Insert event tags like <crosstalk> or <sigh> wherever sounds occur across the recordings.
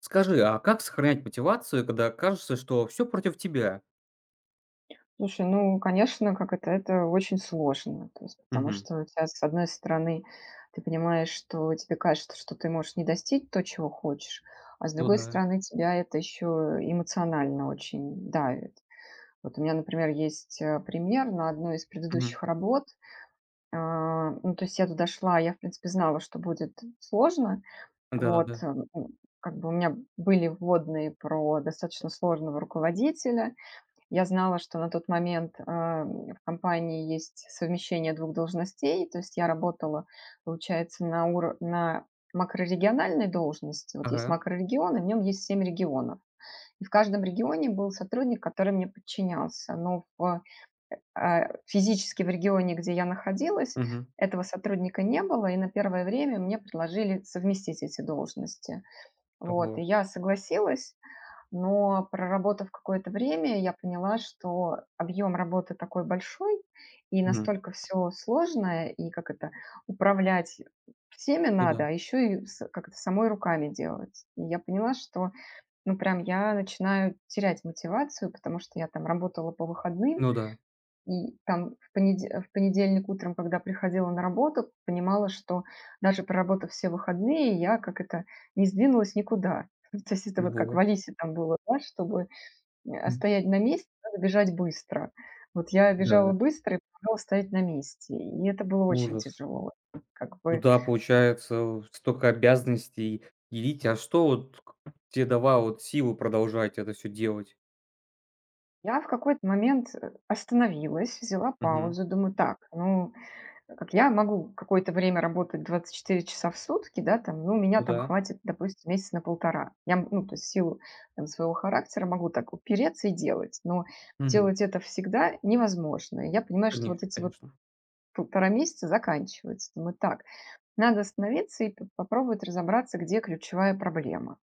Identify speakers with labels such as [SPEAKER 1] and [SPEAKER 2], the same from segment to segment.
[SPEAKER 1] Скажи, а как сохранять мотивацию, когда кажется, что все против тебя?
[SPEAKER 2] Слушай, конечно, это очень сложно. То есть, потому
[SPEAKER 1] Мгм.
[SPEAKER 2] что у тебя, с одной стороны, ты понимаешь, что тебе кажется, что ты можешь не достичь то, чего хочешь, а с
[SPEAKER 1] Ну
[SPEAKER 2] другой
[SPEAKER 1] да.
[SPEAKER 2] стороны, тебя это еще эмоционально очень давит. Вот у меня, например, есть пример на одной из
[SPEAKER 1] Мгм.
[SPEAKER 2] предыдущих работ. То есть я туда шла, я, в принципе, знала, что будет сложно. Вот,
[SPEAKER 1] Да-да-да.
[SPEAKER 2] э, м, как бы у меня были вводные про достаточно сложного руководителя, я знала, что на тот момент, в компании есть совмещение двух должностей. То есть я работала, получается, на макрорегиональной должности. Вот есть
[SPEAKER 1] Ага.
[SPEAKER 2] макрорегион, и в нем есть 7 регионов. И в каждом регионе был сотрудник, который мне подчинялся. Физически в регионе, где я находилась,
[SPEAKER 1] Мгм.
[SPEAKER 2] этого сотрудника не было, и на первое время мне предложили совместить эти должности. Вот,
[SPEAKER 1] Ого.
[SPEAKER 2] и я согласилась. Но проработав какое-то время, я поняла, что объем работы такой большой и
[SPEAKER 1] Мгм.
[SPEAKER 2] настолько все сложное, и управлять всеми
[SPEAKER 1] Ну да.
[SPEAKER 2] надо, а еще и с самой руками делать. И я поняла, что, ну, прям я начинаю терять мотивацию, потому что я там работала по выходным,
[SPEAKER 1] Ну да.
[SPEAKER 2] и там в понедельник утром, когда приходила на работу, понимала, что даже проработав все выходные, я как это не сдвинулась никуда. <laughs> То есть это вот как в
[SPEAKER 1] Ого.
[SPEAKER 2] "Алисе" там было, да, чтобы,
[SPEAKER 1] М.
[SPEAKER 2] стоять на месте, надо бежать быстро. Вот я
[SPEAKER 1] Да,
[SPEAKER 2] бежала быстро и продолжала стоять на месте, и это было очень
[SPEAKER 1] ужас.
[SPEAKER 2] тяжело. Как
[SPEAKER 1] Ну
[SPEAKER 2] бы
[SPEAKER 1] да, получается, столько обязанностей делить. А что вот к те давало вот силу продолжать это все делать?
[SPEAKER 2] я в какой-то момент, остановилась, взяла
[SPEAKER 1] Мгм.
[SPEAKER 2] паузу, думаю: "Так, ну, как я могу какое-то время работать 24 часа в сутки, да, там, ну, меня
[SPEAKER 1] Ну
[SPEAKER 2] там
[SPEAKER 1] да.
[SPEAKER 2] хватит, допустим, месяца на полтора. То есть в силу там, своего характера могу так упереться и делать, но
[SPEAKER 1] Мгм.
[SPEAKER 2] делать это всегда невозможно. И я понимаю, что вот
[SPEAKER 1] Конечно,
[SPEAKER 2] эти вот
[SPEAKER 1] конечно.
[SPEAKER 2] полтора месяца заканчиваются. Думаю, так, надо остановиться и попробовать разобраться, где ключевая проблема.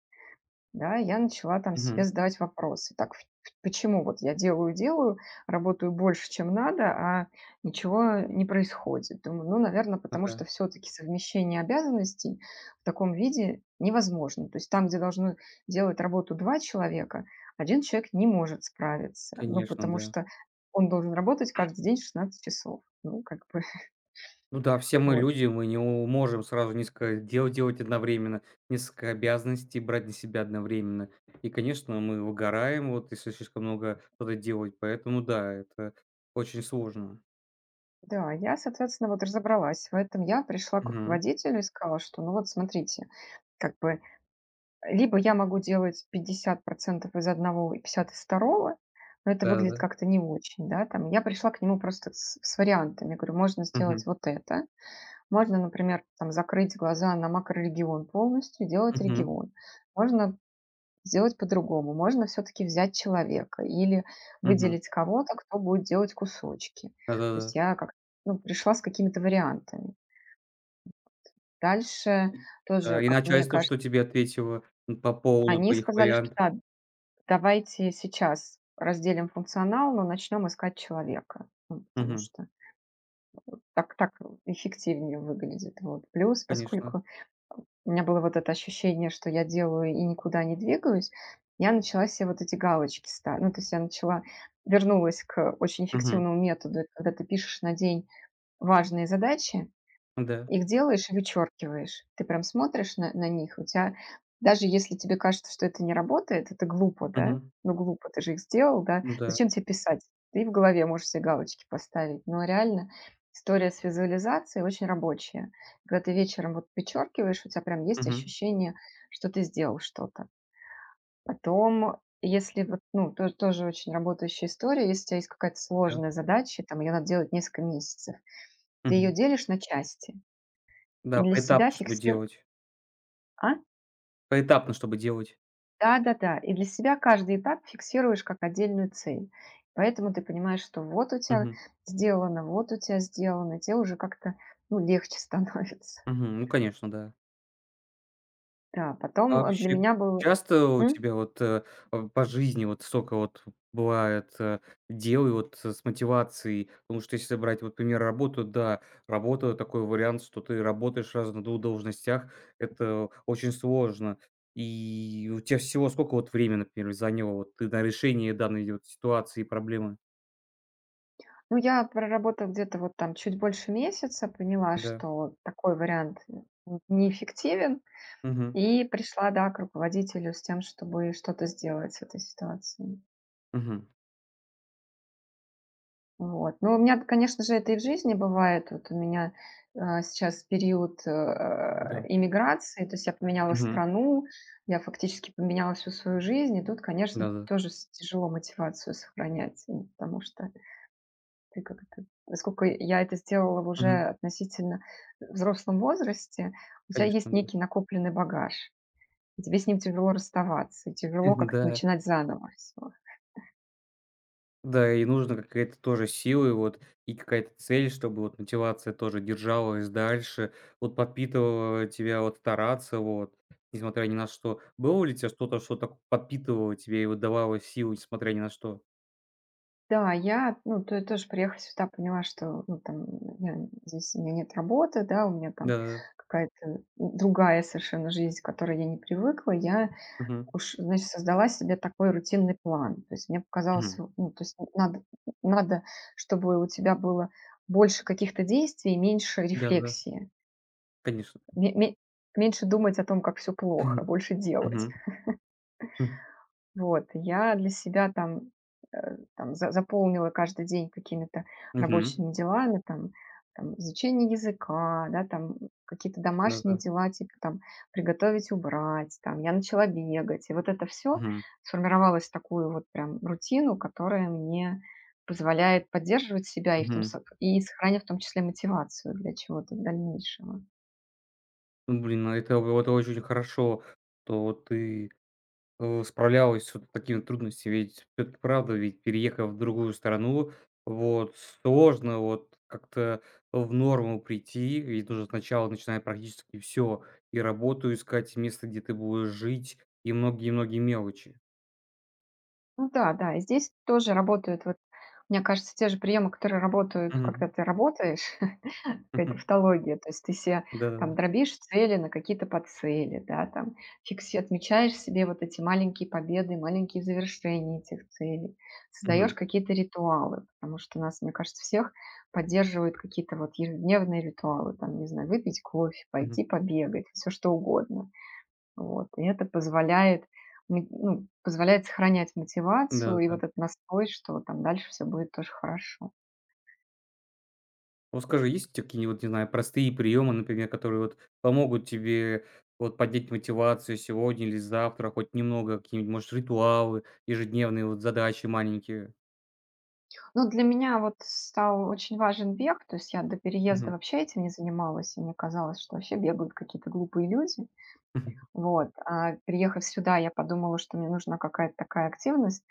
[SPEAKER 2] Да, я начала там
[SPEAKER 1] Мгм.
[SPEAKER 2] себе задавать вопросы. Так, почему вот я делаю-делаю, работаю больше, чем надо, а ничего не происходит? Думаю, ну, наверное, потому
[SPEAKER 1] Ага.
[SPEAKER 2] что все-таки совмещение обязанностей в таком виде невозможно. То есть там, где должны делать работу два человека, один человек не может справиться, ну,
[SPEAKER 1] Конечно,
[SPEAKER 2] потому
[SPEAKER 1] да.
[SPEAKER 2] что он должен работать каждый день 16 часов. Ну, как бы, <laughs>
[SPEAKER 1] Ну да, все мы
[SPEAKER 2] вот.
[SPEAKER 1] люди, мы не у можем сразу несколько дел делать одновременно, несколько обязанностей брать на себя одновременно. И, конечно, мы выгораем, вот, если слишком много что-то делать. Поэтому да, это очень сложно.
[SPEAKER 2] Да, я, соответственно, вот разобралась в этом. Я пришла к
[SPEAKER 1] Мгм.
[SPEAKER 2] руководителю и сказала, что, ну вот, смотрите, как бы либо я могу делать 50 из одного и 50 из второго, но это выглядит
[SPEAKER 1] Да-да-да.
[SPEAKER 2] как-то не очень, да, там. Я пришла к нему просто с вариантами. Говорю, можно сделать
[SPEAKER 1] Мгм.
[SPEAKER 2] вот это. Можно, например, там закрыть глаза на макрорегион полностью, делать
[SPEAKER 1] Мгм.
[SPEAKER 2] регион. Можно сделать по-другому. Можно все-таки взять человека или
[SPEAKER 1] Мгм.
[SPEAKER 2] выделить кого-то, кто будет делать кусочки. То есть
[SPEAKER 1] Да-да-да.
[SPEAKER 2] я как ну, пришла с какими-то вариантами. Дальше
[SPEAKER 1] И,
[SPEAKER 2] тоже,
[SPEAKER 1] и
[SPEAKER 2] как мне
[SPEAKER 1] начальство
[SPEAKER 2] кажется,
[SPEAKER 1] что тебе ответило, по поводу
[SPEAKER 2] они
[SPEAKER 1] твоих
[SPEAKER 2] сказали, что
[SPEAKER 1] вариантов?
[SPEAKER 2] да, давайте сейчас разделим функционал, но начнем искать человека. Ну, потому
[SPEAKER 1] Мгм.
[SPEAKER 2] что так эффективнее выглядит. Вот. Плюс,
[SPEAKER 1] Конечно.
[SPEAKER 2] поскольку у меня было вот это ощущение, что я делаю и никуда не двигаюсь, я начала себе вот эти галочки ставить. Ну, то есть я начала, вернулась к очень
[SPEAKER 1] Мгм.
[SPEAKER 2] эффективному методу, это когда ты пишешь на день важные задачи,
[SPEAKER 1] Да.
[SPEAKER 2] их делаешь и вычеркиваешь. Ты прям смотришь на них. У тебя, даже если тебе кажется, что это не работает, это глупо, да?
[SPEAKER 1] Мгм.
[SPEAKER 2] Ну, глупо, ты же их сделал, да?
[SPEAKER 1] Ну да.
[SPEAKER 2] Зачем тебе писать? Ты в голове можешь себе галочки поставить. Но реально история с визуализацией очень рабочая. Когда ты вечером вот вычеркиваешь, у тебя прям есть
[SPEAKER 1] Мгм.
[SPEAKER 2] ощущение, что ты сделал что-то. Потом, если вот, ну, тоже очень работающая история, если у тебя есть какая-то
[SPEAKER 1] Да.
[SPEAKER 2] сложная задача, там ее надо делать несколько месяцев, ты ее
[SPEAKER 1] Мгм.
[SPEAKER 2] делишь на части и
[SPEAKER 1] Да,
[SPEAKER 2] для
[SPEAKER 1] поэтапно,
[SPEAKER 2] себя
[SPEAKER 1] чтобы
[SPEAKER 2] фиксируешь
[SPEAKER 1] делать.
[SPEAKER 2] а?
[SPEAKER 1] Поэтапно, чтобы делать.
[SPEAKER 2] Да-да-да. И для себя каждый этап фиксируешь как отдельную цель. Поэтому ты понимаешь, что вот у тебя
[SPEAKER 1] Мгм.
[SPEAKER 2] сделано, вот у тебя сделано, тебе уже как-то ну, легче <laughs> становится.
[SPEAKER 1] Мгм. Ну, конечно, да.
[SPEAKER 2] Да,
[SPEAKER 1] А
[SPEAKER 2] потом для
[SPEAKER 1] вообще,
[SPEAKER 2] меня был...
[SPEAKER 1] часто у
[SPEAKER 2] М?
[SPEAKER 1] тебя вот, по жизни вот столько вот бывает, дел и вот с мотивацией? Потому что если брать вот пример работу, да, такой вариант, что ты работаешь сразу на двух должностях. Это очень сложно. И у тебя всего сколько вот времени, например, заняло вот ты на решение данной вот ситуации и проблемы?
[SPEAKER 2] Ну, я проработала где-то вот там чуть больше месяца, поняла,
[SPEAKER 1] Да.
[SPEAKER 2] что такой вариант неэффективен,
[SPEAKER 1] Угу.
[SPEAKER 2] и пришла, да, к руководителю с тем, чтобы что-то сделать с этой ситуацией.
[SPEAKER 1] Угу.
[SPEAKER 2] Вот. Ну, у меня, конечно же, это и в жизни бывает. Сейчас период,
[SPEAKER 1] Да.
[SPEAKER 2] иммиграции, то есть я поменяла
[SPEAKER 1] Угу.
[SPEAKER 2] страну, я фактически поменяла всю свою жизнь, и тут, конечно,
[SPEAKER 1] Да-да.
[SPEAKER 2] тоже с тяжело мотивацию сохранять, потому что ты как это поскольку я это сделала в уже
[SPEAKER 1] Мгм.
[SPEAKER 2] относительно взрослом возрасте, у тебя есть
[SPEAKER 1] Конечно, да.
[SPEAKER 2] некий накопленный багаж, и тебе с ним тяжело расставаться, и тяжело
[SPEAKER 1] <laughs>
[SPEAKER 2] как-то
[SPEAKER 1] Да.
[SPEAKER 2] начинать заново всё.
[SPEAKER 1] Да, и нужно какая-то тоже сила, и вот, и какая-то цель, чтобы вот мотивация тоже держалась дальше, вот подпитывала тебя вот стараться, вот, несмотря ни на что. Было ли у тебя что-то, что так подпитывало тебя и вот давало силу, несмотря ни на что?
[SPEAKER 2] Да, я, ну, то тоже приехала сюда, поняла, что, ну, там, я здесь у меня нет работы, да, у меня там
[SPEAKER 1] Да-да-да.
[SPEAKER 2] какая-то другая совершенно жизнь, к которой я не привыкла. Я
[SPEAKER 1] Мгм.
[SPEAKER 2] уж, значит, создала себе такой рутинный план. То есть мне показалось,
[SPEAKER 1] Мгм.
[SPEAKER 2] ну, то есть надо, чтобы у тебя было больше каких-то действий и меньше
[SPEAKER 1] Да-да-да,
[SPEAKER 2] рефлексии.
[SPEAKER 1] конечно.
[SPEAKER 2] Ме- ме- меньше думать о том, как все
[SPEAKER 1] Мгм.
[SPEAKER 2] плохо, больше
[SPEAKER 1] Мгм.
[SPEAKER 2] делать.
[SPEAKER 1] М.
[SPEAKER 2] Я для себя там, э, там за заполнила каждый день какими-то
[SPEAKER 1] Мгм.
[SPEAKER 2] рабочими делами, там изучение языка, да, там какие-то домашние
[SPEAKER 1] Да-да.
[SPEAKER 2] дела, типа там приготовить, убрать, там я начала бегать. И вот это все
[SPEAKER 1] Мгм.
[SPEAKER 2] сформировалось в такую вот прям рутину, которая мне позволяет поддерживать себя и в том
[SPEAKER 1] Мгм.
[SPEAKER 2] со и сохраня в том числе мотивацию для чего-то дальнейшего.
[SPEAKER 1] Ну, блин, ну это вот очень хорошо, что вот ты справлялась с вот такими трудностями. Ведь всё-таки правда, ведь переехав в другую страну, вот, сложно вот как-то в норму прийти. Ведь нужно сначала начинать практически все и работу искать, и место, где ты будешь жить, и многие-многие мелочи.
[SPEAKER 2] Ну да, да, и здесь тоже работают вот, мне кажется, те же приемы, которые работают,
[SPEAKER 1] Мгм.
[SPEAKER 2] когда ты работаешь. Какая-то
[SPEAKER 1] Мгм.
[SPEAKER 2] тавтология. То есть ты се
[SPEAKER 1] Да-да-да.
[SPEAKER 2] там дробишь цели на какие-то подцели, да, там фикси отмечаешь себе вот эти маленькие победы, маленькие завершения этих целей, создаешь
[SPEAKER 1] Мгм.
[SPEAKER 2] какие-то ритуалы, потому что нас, мне кажется, всех поддерживают какие-то вот ежедневные ритуалы, там, не знаю, выпить кофе,
[SPEAKER 1] Мгм.
[SPEAKER 2] пойти побегать, все что угодно. Вот, и это позволяет позволяет сохранять мотивацию и
[SPEAKER 1] Да-да-да.
[SPEAKER 2] вот этот настрой, что там дальше все будет тоже хорошо.
[SPEAKER 1] Вот скажи, есть такие вот, не знаю, простые приемы, например, которые вот помогут тебе вот поднять мотивацию сегодня или завтра, хоть немного, какие-нибудь, может, ритуалы, ежедневные вот задачи маленькие?
[SPEAKER 2] Ну, для меня вот стал очень важен бег. То есть я до переезда
[SPEAKER 1] Мгм.
[SPEAKER 2] вообще этим не занималась, и мне казалось, что вообще бегают какие-то глупые люди.
[SPEAKER 1] Мгм.
[SPEAKER 2] Вот. А переехав сюда, я подумала, что мне нужна какая-то такая активность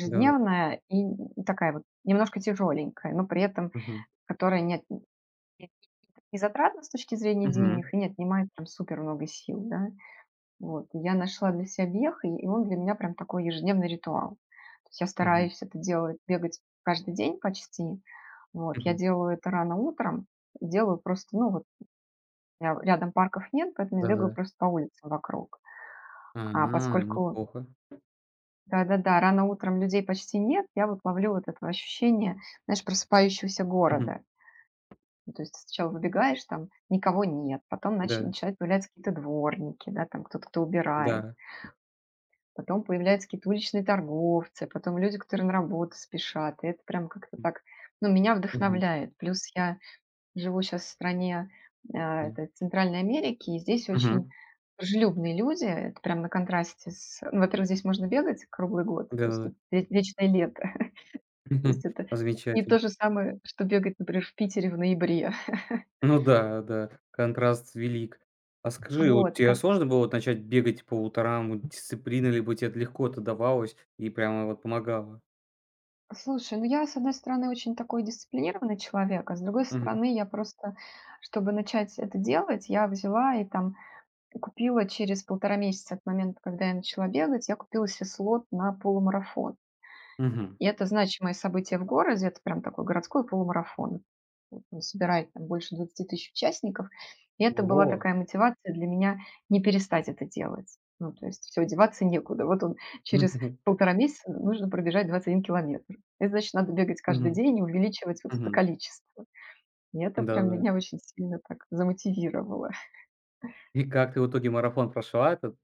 [SPEAKER 1] Да.
[SPEAKER 2] и такая вот немножко тяжеленькая, но при этом
[SPEAKER 1] Мгм.
[SPEAKER 2] которая не, от- не затратна с точки зрения денег
[SPEAKER 1] Мгм.
[SPEAKER 2] и не отнимает прям супер много сил, да. Вот. Я нашла для себя бег, и он для меня прям такой ежедневный ритуал. То есть я
[SPEAKER 1] Мгм.
[SPEAKER 2] стараюсь это делать, бегать каждый день почти. Вот. Я
[SPEAKER 1] Мгм.
[SPEAKER 2] делаю это рано утром, делаю просто, ну вот, у меня рядом парков нет, поэтому я бегаю
[SPEAKER 1] Да-да.
[SPEAKER 2] просто по улицам вокруг.
[SPEAKER 1] А,
[SPEAKER 2] А
[SPEAKER 1] ну,
[SPEAKER 2] поскольку,
[SPEAKER 1] неплохо.
[SPEAKER 2] да-да-да, рано утром людей почти нет, я вот ловлю вот это ощущение, знаешь, просыпающегося
[SPEAKER 1] Мгм.
[SPEAKER 2] города. Ну, то есть ты сначала выбегаешь, там никого нет, потом
[SPEAKER 1] Да,
[SPEAKER 2] начинают появляться какие-то дворники, да, там кто-то кто убирает.
[SPEAKER 1] да.
[SPEAKER 2] Потом появляются какие-то уличные торговцы, потом люди, которые на работу спешат. И это прям как-то так, ну, меня
[SPEAKER 1] Мгм.
[SPEAKER 2] вдохновляет. Плюс я живу сейчас в стране,
[SPEAKER 1] Да.
[SPEAKER 2] это Центральной Америки, и здесь очень
[SPEAKER 1] Мгм.
[SPEAKER 2] дружелюбные люди. Это прям на контрасте с ну, во-первых, здесь можно бегать круглый год, то есть
[SPEAKER 1] Да-да-да.
[SPEAKER 2] тут ве вечное лето. <laughs> То есть
[SPEAKER 1] <laughs>
[SPEAKER 2] это не
[SPEAKER 1] Замечательно.
[SPEAKER 2] то же самое, что бегать, например, в Питере в ноябре. <laughs>
[SPEAKER 1] Ну да, да, контраст велик. А скажи, вот
[SPEAKER 2] Вот, и
[SPEAKER 1] тебе сложно было вот начать бегать по утрам? Вот дисциплина либо тебе это легко это давалось и прямо вот помогало?
[SPEAKER 2] Слушай, ну я, с одной стороны, очень такой дисциплинированный человек, а с другой
[SPEAKER 1] Мгм.
[SPEAKER 2] стороны, я просто, чтобы начать это делать, я взяла и там купила через полтора месяца от момента, когда я начала бегать, я купила себе слот на полумарафон.
[SPEAKER 1] Мгм.
[SPEAKER 2] И это значимое событие в городе, это прям такой городской полумарафон. Вот, он собирает там больше 20 000 участников. И это была
[SPEAKER 1] Во.
[SPEAKER 2] такая мотивация для меня не перестать это делать. Ну, то есть все, деваться некуда. Вот он
[SPEAKER 1] Мгм.
[SPEAKER 2] через
[SPEAKER 1] <laughs>
[SPEAKER 2] полтора месяца нужно пробежать 21 километр. Это значит, надо бегать каждый
[SPEAKER 1] Мгм.
[SPEAKER 2] день и увеличивать вот это
[SPEAKER 1] Мгм.
[SPEAKER 2] количество. И это прям
[SPEAKER 1] Да-да.
[SPEAKER 2] меня очень сильно так замотивировало.
[SPEAKER 1] И как ты в итоге марафон прошла этот?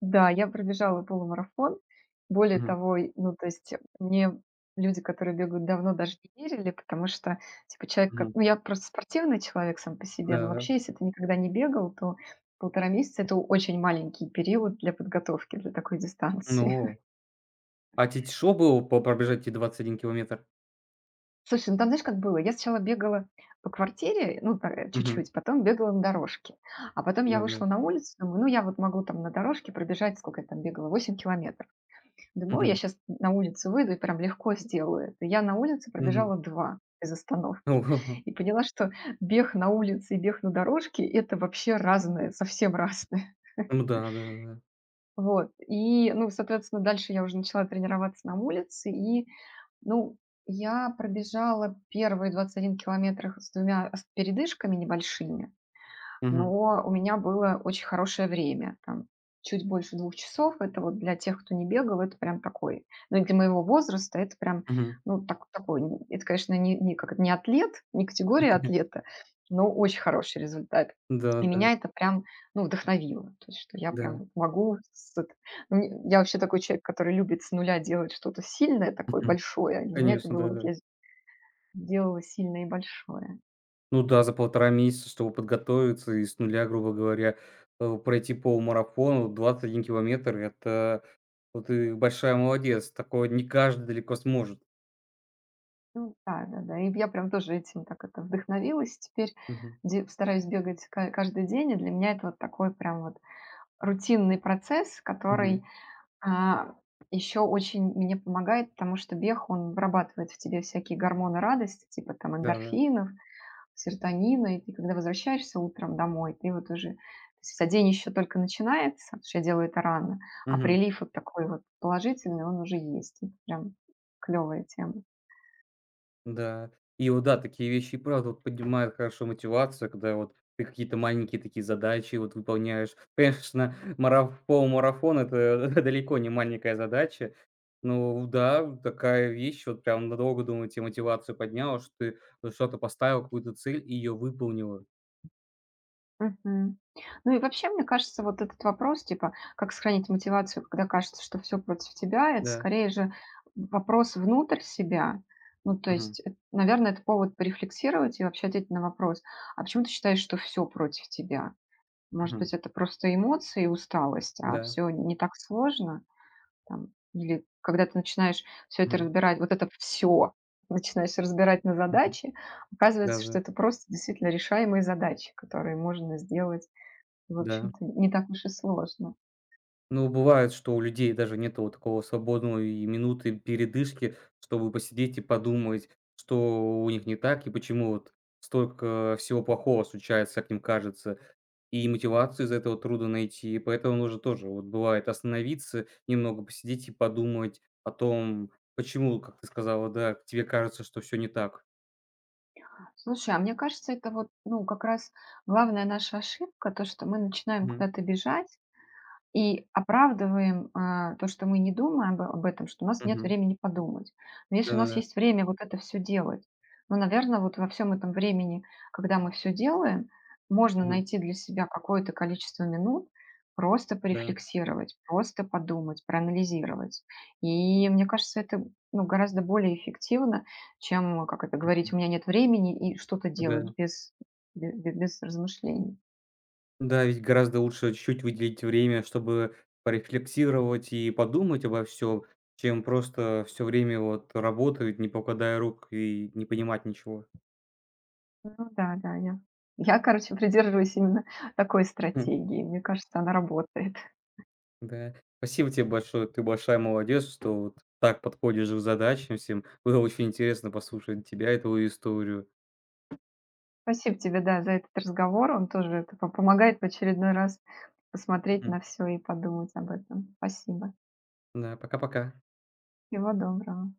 [SPEAKER 2] Да, я пробежала полумарафон. Более
[SPEAKER 1] Мгм.
[SPEAKER 2] того, мне люди, которые бегают давно, даже не верили, потому что, типа, человек как
[SPEAKER 1] Мгм.
[SPEAKER 2] ну, я просто спортивный человек сам по себе, но
[SPEAKER 1] Да-да.
[SPEAKER 2] вообще, если ты никогда не бегал, то полтора месяца — это очень маленький период для подготовки для такой дистанции.
[SPEAKER 1] Ну,
[SPEAKER 2] <laughs>
[SPEAKER 1] а те тяжело было по пробежать эти 21 километр?
[SPEAKER 2] Слушай, ну, там знаешь, как было? Я сначала бегала по квартире, ну,
[SPEAKER 1] Мгм.
[SPEAKER 2] чуть-чуть, потом бегала на дорожке. А потом я
[SPEAKER 1] Да-да.
[SPEAKER 2] вышла на улицу, думаю: "Ну, я вот могу там на дорожке пробежать", сколько я там бегала, 8 километров. Думаю: «Ой, я
[SPEAKER 1] Мгм.
[SPEAKER 2] сейчас на улицу выйду и прям легко сделаю это». Я на улице
[SPEAKER 1] Мгм.
[SPEAKER 2] пробежала 2 без остановки
[SPEAKER 1] Ого.
[SPEAKER 2] и поняла, что бег на улице и бег на дорожке — это вообще разное, совсем разное. <laughs>
[SPEAKER 1] Ну <laughs> да, да-да.
[SPEAKER 2] Вот. И, ну, соответственно, дальше я уже начала тренироваться на улице. И, ну, я пробежала первые 21 километрах с двумя ос передышками небольшими.
[SPEAKER 1] Мгм.
[SPEAKER 2] Но у меня было очень хорошее время, там чуть больше 2 часов. Это вот для тех, кто не бегал, это прям такой, ну, и для моего возраста это прям,
[SPEAKER 1] Мгм.
[SPEAKER 2] ну, так такой, н это, конечно, не не как это, не атлет, не категория
[SPEAKER 1] <laughs>
[SPEAKER 2] атлета, но очень хороший результат.
[SPEAKER 1] Да-да,
[SPEAKER 2] И
[SPEAKER 1] да.
[SPEAKER 2] меня это прям, ну, вдохновило. То есть, что я
[SPEAKER 1] Да.
[SPEAKER 2] прям могу с эт ну, мне я вообще такой человек, который любит с нуля делать что-то сильное такое,
[SPEAKER 1] <laughs>
[SPEAKER 2] большое. Для меня это
[SPEAKER 1] Конечно,
[SPEAKER 2] было вот
[SPEAKER 1] да.
[SPEAKER 2] я с делала сильное и большое.
[SPEAKER 1] Ну да, за 1,5 месяца, чтобы подготовиться и с нуля, грубо говоря, пройти полумарафон, вот 21 километр — это вот ты большая молодец. Такое не каждый далеко сможет.
[SPEAKER 2] Ну да, да-да. И я прям тоже этим так это вдохновилась. Теперь
[SPEAKER 1] Мгм.
[SPEAKER 2] де стараюсь бегать ка каждый день, и для меня это вот такой прям вот рутинный процесс,
[SPEAKER 1] Да, да. Мгм.
[SPEAKER 2] который, а, еще очень мне помогает, потому что бег, он вырабатывает в тебе всякие гормоны радости, типа там
[SPEAKER 1] Да-да.
[SPEAKER 2] эндорфинов, серотонина. И ты когда возвращаешься утром домой, ты вот уже то есть, а день еще только начинается, потому что я делаю это рано, прилив вот такой вот положительный, он уже есть. Это прям клевая тема.
[SPEAKER 1] Да. И вот да, такие вещи и правда вот поднимают хорошо мотивацию, когда вот ты какие-то маленькие такие задачи вот выполняешь. <laughs> Конечно, мараф полумарафон — это <laughs> далеко не маленькая задача. Ну да, вот такая вещь, вот прям надолго, думаю, те мотивацию подняла, что ты вот что-то поставил какую-то цель и ее выполнила.
[SPEAKER 2] Мгм. Ну и вообще, мне кажется, вот этот вопрос, типа, как сохранить мотивацию, когда кажется, что все против тебя, это
[SPEAKER 1] Да.
[SPEAKER 2] скорее же вопрос внутрь себя. Ну, то есть, наверное, это повод порефлексировать и вообще ответить на вопрос, а почему ты считаешь, что все против тебя?
[SPEAKER 1] Мгм.
[SPEAKER 2] Может
[SPEAKER 1] Мгм.
[SPEAKER 2] быть, это просто эмоции и усталость, а
[SPEAKER 1] Да.
[SPEAKER 2] все не так сложно? Там, или когда ты начинаешь все это
[SPEAKER 1] Мгм.
[SPEAKER 2] разбирать, вот это все начинаешь разбирать на
[SPEAKER 1] Мгм.
[SPEAKER 2] задачи, оказывается, что
[SPEAKER 1] Да-да.
[SPEAKER 2] это просто действительно решаемые задачи, которые можно сделать в
[SPEAKER 1] Да. Да.
[SPEAKER 2] общем-то, не так уж и сложно.
[SPEAKER 1] Ну, бывает, что у людей даже нету вот такого свободной и минуты передышки, чтобы посидеть и подумать, что у них не так и почему вот столько всего плохого случается, как им кажется. И мотивацию из этого трудно найти, и поэтому нужно тоже, вот бывает, остановиться, немного посидеть и подумать о том, почему, как ты сказала, да, тебе кажется, что все не так.
[SPEAKER 2] Слушай, а мне кажется, это вот, ну, как раз главная наша ошибка, то, что мы начинаем
[SPEAKER 1] Мгм,
[SPEAKER 2] куда-то бежать, и оправдываем, то, что мы не думаем об этом, что у нас нет
[SPEAKER 1] мгм.
[SPEAKER 2] времени подумать. Но если у нас
[SPEAKER 1] Да-да-да.
[SPEAKER 2] есть время вот это все делать, ну, наверное, вот во всем этом времени, когда мы все делаем, можно
[SPEAKER 1] Мгм.
[SPEAKER 2] найти для себя какое-то количество минут, просто
[SPEAKER 1] Да.
[SPEAKER 2] порефлексировать, просто подумать, проанализировать. И мне кажется, это, ну, гораздо более эффективно, чем, говорить:
[SPEAKER 1] Мгм.
[SPEAKER 2] "У меня нет времени", и что-то делать
[SPEAKER 1] Да.
[SPEAKER 2] без размышлений.
[SPEAKER 1] Да, ведь гораздо лучше чуть-чуть выделить время, чтобы порефлексировать и подумать обо всем, чем просто все время вот работать, не покладая рук и не понимать ничего.
[SPEAKER 2] Ну да, да, я, короче, придерживаюсь именно такой
[SPEAKER 1] Хм,
[SPEAKER 2] стратегии. Мне кажется, она работает.
[SPEAKER 1] да. Спасибо тебе большое. Ты большая молодец, что вот так подходишь к задачам всем. Было очень интересно послушать тебя и твою историю.
[SPEAKER 2] Спасибо тебе, да, за этот разговор. Он тоже это помогает в очередной раз посмотреть
[SPEAKER 1] Мгм.
[SPEAKER 2] на все и подумать об этом. Спасибо.
[SPEAKER 1] Да, пока-пока.
[SPEAKER 2] Всего доброго.